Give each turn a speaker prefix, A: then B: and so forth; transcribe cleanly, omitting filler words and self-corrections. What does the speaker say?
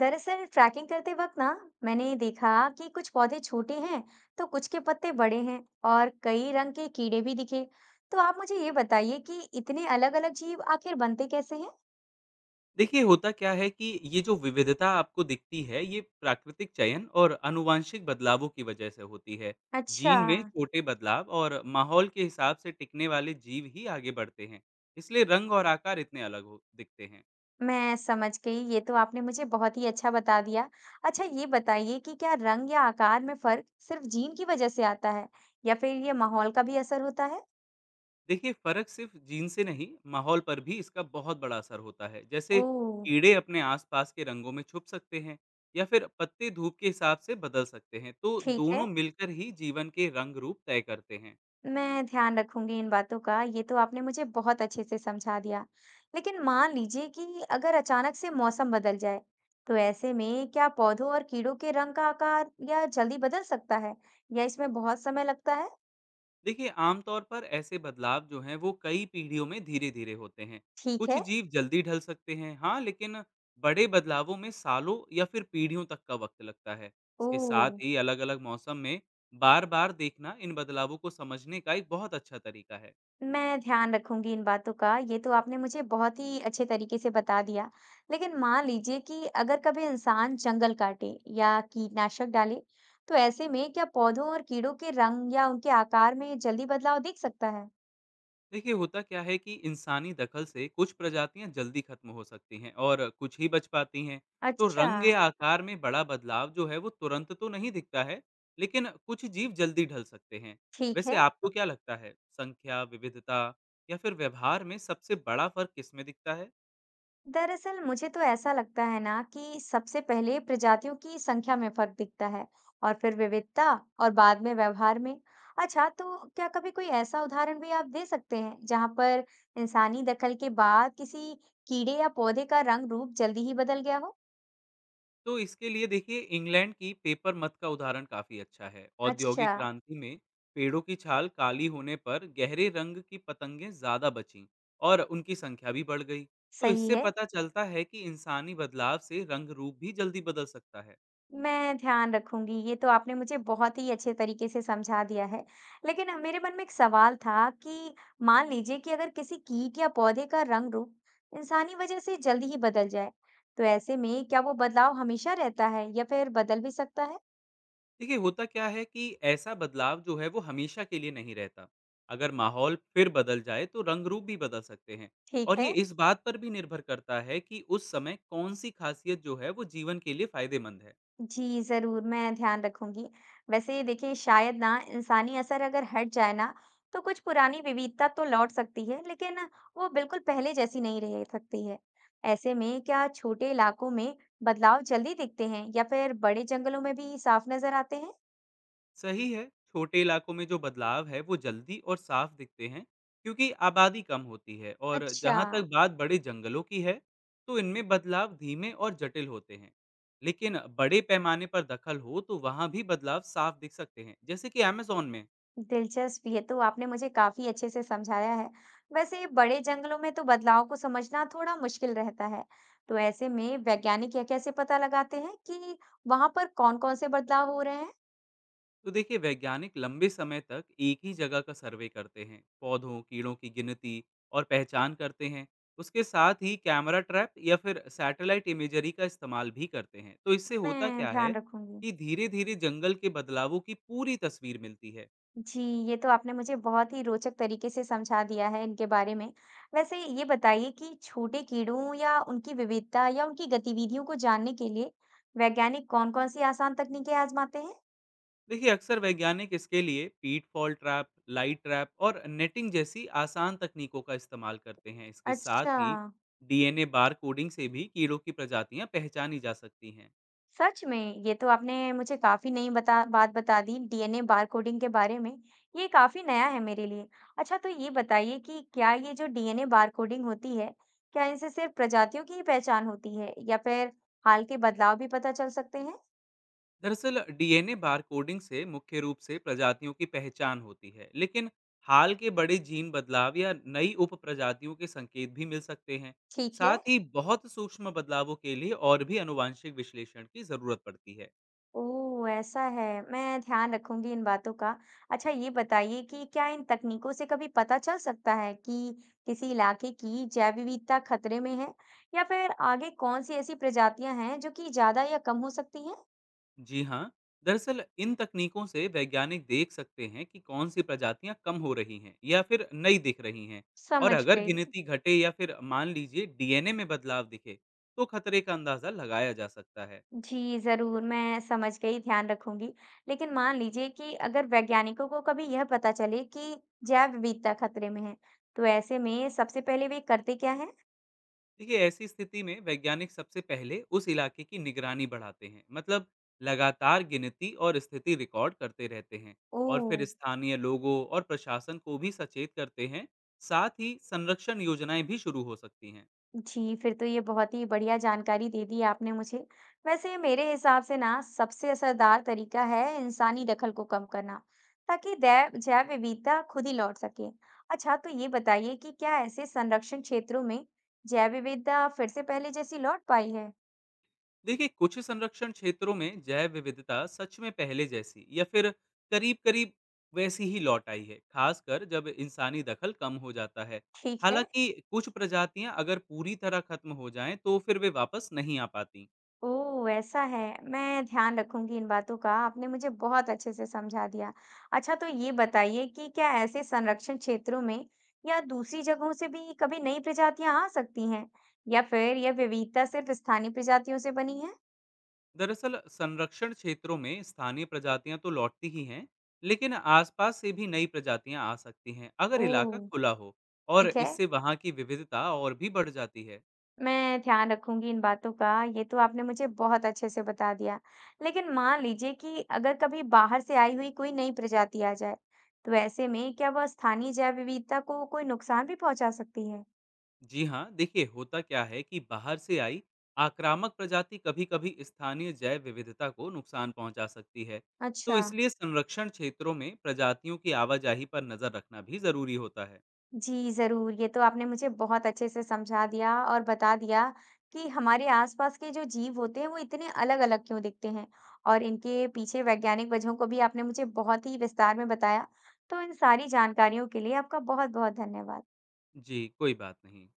A: दरअसल ट्रैकिंग करते वक्त ना, मैंने देखा कि कुछ पौधे छोटे हैं तो कुछ के पत्ते बड़े हैं, और कई रंग के कीड़े भी दिखे। तो आप मुझे ये बताइए कि इतने अलग-अलग जीव आखिर बनते कैसे हैं।
B: देखिए होता क्या है कि ये जो विविधता आपको दिखती है ये प्राकृतिक चयन और आनुवांशिक बदलावों की वजह से होती है।
A: अच्छा,
B: जीन में छोटे बदलाव और माहौल के हिसाब से टिकने वाले जीव ही आगे बढ़ते हैं। इसलिए रंग और आकार इतने अलग हो दिखते हैं।
A: मैं समझ गई। ये तो आपने मुझे बहुत ही अच्छा बता दिया। अच्छा, ये बताइए कि क्या रंग या आकार में फर्क सिर्फ जीन की वजह से आता है, या फिर ये माहौल का भी असर होता है।
B: देखिए फर्क सिर्फ जीन से नहीं, माहौल पर भी इसका बहुत बड़ा असर होता है। जैसे
A: ओह,
B: कीड़े अपने आसपास के रंगों में छुप सकते हैं या फिर पत्ते धूप के हिसाब से बदल सकते हैं। तो
A: ठीक है।
B: दोनों मिलकर ही जीवन के रंग रूप तय करते हैं।
A: मैं ध्यान रखूंगी इन बातों का। ये तो आपने मुझे बहुत अच्छे से समझा दिया। लेकिन मान लीजिए कि अगर अचानक से मौसम बदल जाए, तो ऐसे में क्या पौधों और कीड़ों के रंग का आकार या जल्दी बदल सकता है, या इसमें बहुत समय लगता है।
B: देखिए आमतौर पर ऐसे बदलाव जो हैं वो कई पीढ़ियों में धीरे धीरे होते हैं।
A: ठीक
B: कुछ
A: है।
B: जीव जल्दी ढल सकते हैं हाँ, लेकिन बड़े बदलावों में सालों या फिर पीढ़ियों तक का वक्त लगता है।
A: ओ,
B: इसके साथ ही अलग अलग मौसम में बार बार देखना इन बदलावों को समझने का एक बहुत अच्छा तरीका है।
A: मैं ध्यान रखूंगी इन बातों का। ये तो आपने मुझे बहुत ही अच्छे तरीके से बता दिया। लेकिन मान लीजिए कि अगर कभी इंसान जंगल काटे या कीटनाशक डाले, तो ऐसे में क्या पौधों और कीड़ों के रंग या उनके आकार में जल्दी बदलाव दिख सकता है?
B: देखिए होता क्या है कि इंसानी दखल से कुछ प्रजातियां जल्दी खत्म हो सकती हैं और कुछ ही बच पाती हैं। तो
A: अच्छा,
B: रंग या आकार में बड़ा बदलाव जो है वो तुरंत तो नहीं दिखता है, लेकिन कुछ जीव जल्दी ढल सकते हैं।
A: ठीक
B: वैसे
A: है।
B: आपको क्या लगता है, संख्या विविधता या फिर व्यवहार में सबसे बड़ा फर्क किसमें दिखता है?
A: दरअसल मुझे तो ऐसा लगता है ना कि सबसे पहले प्रजातियों की संख्या में फर्क दिखता है, और फिर विविधता, और बाद में व्यवहार में। अच्छा, तो क्या कभी कोई ऐसा उदाहरण भी आप दे सकते हैं जहां पर इंसानी दखल के बाद किसी कीड़े या पौधे का रंग रूप जल्दी ही बदल गया हो।
B: तो इसके लिए देखिए इंग्लैंड की पेपर मत का उदाहरण काफी अच्छा है।
A: अच्छा,
B: औद्योगिक क्रांति में पेड़ों की छाल काली होने पर गहरे रंग की पतंगें ज्यादा बचीं और उनकी संख्या भी बढ़ गई। तो
A: सही
B: इससे
A: है।
B: पता चलता है कि इंसानी बदलाव से रंग रूप भी जल्दी बदल सकता है।
A: मैं ध्यान रखूंगी। ये तो आपने मुझे बहुत ही अच्छे तरीके से समझा दिया है। लेकिन मेरे मन में एक सवाल था कि मान लीजिए कि अगर किसी कीट या पौधे का रंग रूप इंसानी वजह से जल्दी ही बदल जाए, तो ऐसे में क्या वो बदलाव हमेशा रहता है या फिर बदल भी सकता है?
B: देखिए होता क्या है कि ऐसा बदलाव जो है वो हमेशा के लिए नहीं रहता। अगर माहौल फिर बदल जाए तो रंग रूप भी बदल सकते हैं।
A: ठीक
B: और
A: है।
B: ये इस बात पर भी निर्भर करता है कि उस समय कौन सी खासियत जो है वो जीवन के लिए फायदेमंद है।
A: जी, ज़रूर, मैं ध्यान रखूँगी। वैसे देखिए शायद ना इंसानी असर अगर हट जाए ना, तो कुछ पुरानी विविधता तो लौट सकती है, लेकिन वो बिल्कुल पहले जैसी नहीं रह सकती है। ऐसे में क्या छोटे इलाकों में बदलाव जल्दी दिखते हैं या फिर बड़े जंगलों में भी साफ नज़र आते हैं?
B: सही है। छोटे इलाकों में जो बदलाव है वो जल्दी और साफ दिखते हैं क्योंकि आबादी कम होती है। और
A: अच्छा।
B: जहाँ तक बात बड़े जंगलों की है, तो इनमें बदलाव धीमे और जटिल होते हैं, लेकिन बड़े पैमाने पर दखल हो तो वहाँ भी बदलाव साफ दिख सकते हैं, जैसे कि अमेजोन में।
A: दिलचस्प, ये तो आपने मुझे काफी अच्छे से समझाया है। वैसे बड़े जंगलों में तो बदलाव को समझना थोड़ा मुश्किल रहता है। तो ऐसे में वैज्ञानिक यह कैसे पता लगाते हैं कि वहां पर कौन-कौन से बदलाव हो रहे हैं?
B: तो देखिए वैज्ञानिक लंबे समय तक एक ही जगह का सर्वे करते हैं, पौधों कीड़ों की गिनती और पहचान करते हैं। उसके साथ ही कैमरा ट्रैप या फिर सैटेलाइट इमेजरी का इस्तेमाल भी करते हैं। तो इससे होता
A: मैं
B: क्या है
A: ध्यान रखूंगी।
B: कि धीरे धीरे जंगल के बदलावों की पूरी तस्वीर मिलती है।
A: जी, ये तो आपने मुझे बहुत ही रोचक तरीके से समझा दिया है इनके बारे में। वैसे ये बताइए कि छोटे कीड़ों या उनकी विविधता या उनकी गतिविधियों को जानने के लिए वैज्ञानिक कौन-कौन सी आसान तकनीकें आजमाते हैं?
B: देखिए अक्सर वैज्ञानिक इसके लिए pitfall trap, light trap और नेटिंग जैसी आसान तकनीकों का इस्तेमाल करते हैं। इसके साथ
A: अच्छा,
B: ही डीएनए बार कोडिंग से भी कीड़ों की प्रजातियां पहचानी जा सकती हैं।
A: सच में, ये तो आपने मुझे काफी नई बता बात बता दी डीएनए बारकोडिंग के बारे में। ये काफी नया है मेरे लिए। अच्छा, तो ये बताइए कि क्या ये जो डीएनए बारकोडिंग होती है, क्या इनसे सिर्फ प्रजातियों की ही पहचान होती है या फिर हाल के बदलाव भी पता चल सकते हैं।
B: दरअसल डीएनए बार कोडिंग से मुख्य रूप से प्रजातियों की पहचान होती है, लेकिन हाल के बड़े जीन बदलाव या नई उप प्रजातियों के संकेत भी मिल सकते हैं।
A: ठीक है।
B: साथ ही बहुत सूक्ष्म बदलावों के लिए और भी अनुवांशिक विश्लेषण की जरूरत पड़ती है।
A: ओह! ऐसा है। मैं ध्यान रखूँगी इन बातों का। अच्छा, ये बताइए कि क्या इन तकनीकों से कभी पता चल सकता है कि किसी इलाके की जैव विविधता खतरे में है, या फिर आगे कौन-सी ऐसी प्रजातियां हैं जो कि ज़्यादा या कम हो सकती हैं?
B: जी हाँ, दरअसल इन तकनीकों से वैज्ञानिक देख सकते हैं कि कौन सी प्रजातियां कम हो रही हैं या फिर नई दिख रही हैं। और
A: समझ
B: अगर
A: गई।
B: गिनती घटे या फिर मान लीजिए डीएनए में बदलाव दिखे तो खतरे का अंदाजा लगाया जा सकता है।
A: जी, ज़रूर, मैं समझ गई, ध्यान रखूँगी। लेकिन मान लीजिए कि अगर वैज्ञानिकों को कभी यह पता चले कि जैव विविधता खतरे में है, तो ऐसे में सबसे पहले वे करते क्या हैं?
B: देखिए ऐसी स्थिति में वैज्ञानिक सबसे पहले उस इलाके की निगरानी बढ़ाते हैं, मतलब लगातार गिनती और स्थिति रिकॉर्ड करते रहते हैं। और
A: ओह!
B: फिर स्थानीय लोगों और प्रशासन को भी सचेत करते हैं। साथ ही संरक्षण योजनाएं भी शुरू हो सकती हैं।
A: जी, फिर तो ये बहुत ही बढ़िया जानकारी दे दी आपने मुझे। वैसे मेरे हिसाब से ना सबसे असरदार तरीका है इंसानी दखल को कम करना, ताकि दै जैव विविधता खुद ही लौट सके। अच्छा, तो ये बताइए कि क्या ऐसे संरक्षण क्षेत्रों में जैव विविधता फिर से पहले जैसी लौट पाई है?
B: देखिए कुछ संरक्षण क्षेत्रों में जैव विविधता सच में पहले जैसी या फिर करीब करीब वैसी ही लौट आई है, खासकर जब इंसानी दखल कम हो जाता है।
A: ठीक है।
B: हालांकि कुछ प्रजातियां अगर पूरी तरह खत्म हो जाएं तो फिर वे वापस नहीं आ पाती।
A: ओह! ऐसा है। मैं ध्यान रखूँगी इन बातों का, आपने मुझे बहुत अच्छे से समझा दिया। अच्छा, तो ये बताइए कि क्या ऐसे संरक्षण क्षेत्रों में या दूसरी जगहों से भी कभी नई प्रजातियाँ आ सकती हैं? या फिर यह विविधता सिर्फ स्थानीय प्रजातियों से बनी है?
B: दरअसल संरक्षण क्षेत्रों में स्थानीय प्रजातियां तो लौटती ही हैं, लेकिन आसपास से भी नई प्रजातियां आ सकती हैं अगर इलाका
A: ओह!
B: खुला हो। और
A: ठीक है,
B: इससे वहां की विविधता और भी बढ़ जाती है।
A: मैं ध्यान रखूँगी इन बातों का। ये तो आपने मुझे बहुत अच्छे से बता दिया। लेकिन मान लीजिए कि अगर कभी बाहर से आई हुई कोई नई प्रजाति आ जाए, तो ऐसे में क्या वह स्थानीय जैव विविधता को कोई नुकसान भी पहुँचा सकती है?
B: जी हाँ, देखिए होता क्या है कि बाहर से आई आक्रामक प्रजाति कभी कभी स्थानीय जैव विविधता को नुकसान पहुंचा सकती है। तो
A: अच्छा,
B: इसलिए संरक्षण क्षेत्रों में प्रजातियों की आवाजाही पर नजर रखना भी जरूरी होता है।
A: जी ज़रूर। ये तो आपने मुझे बहुत अच्छे से समझा दिया और बता दिया कि हमारे आसपास के जो जीव होते हैं वो इतने अलग-अलग क्यों दिखते हैं, और इनके पीछे वैज्ञानिक वजहों को भी आपने मुझे बहुत ही विस्तार में बताया। तो इन सारी जानकारियों के लिए आपका बहुत-बहुत धन्यवाद।
B: जी कोई बात नहीं।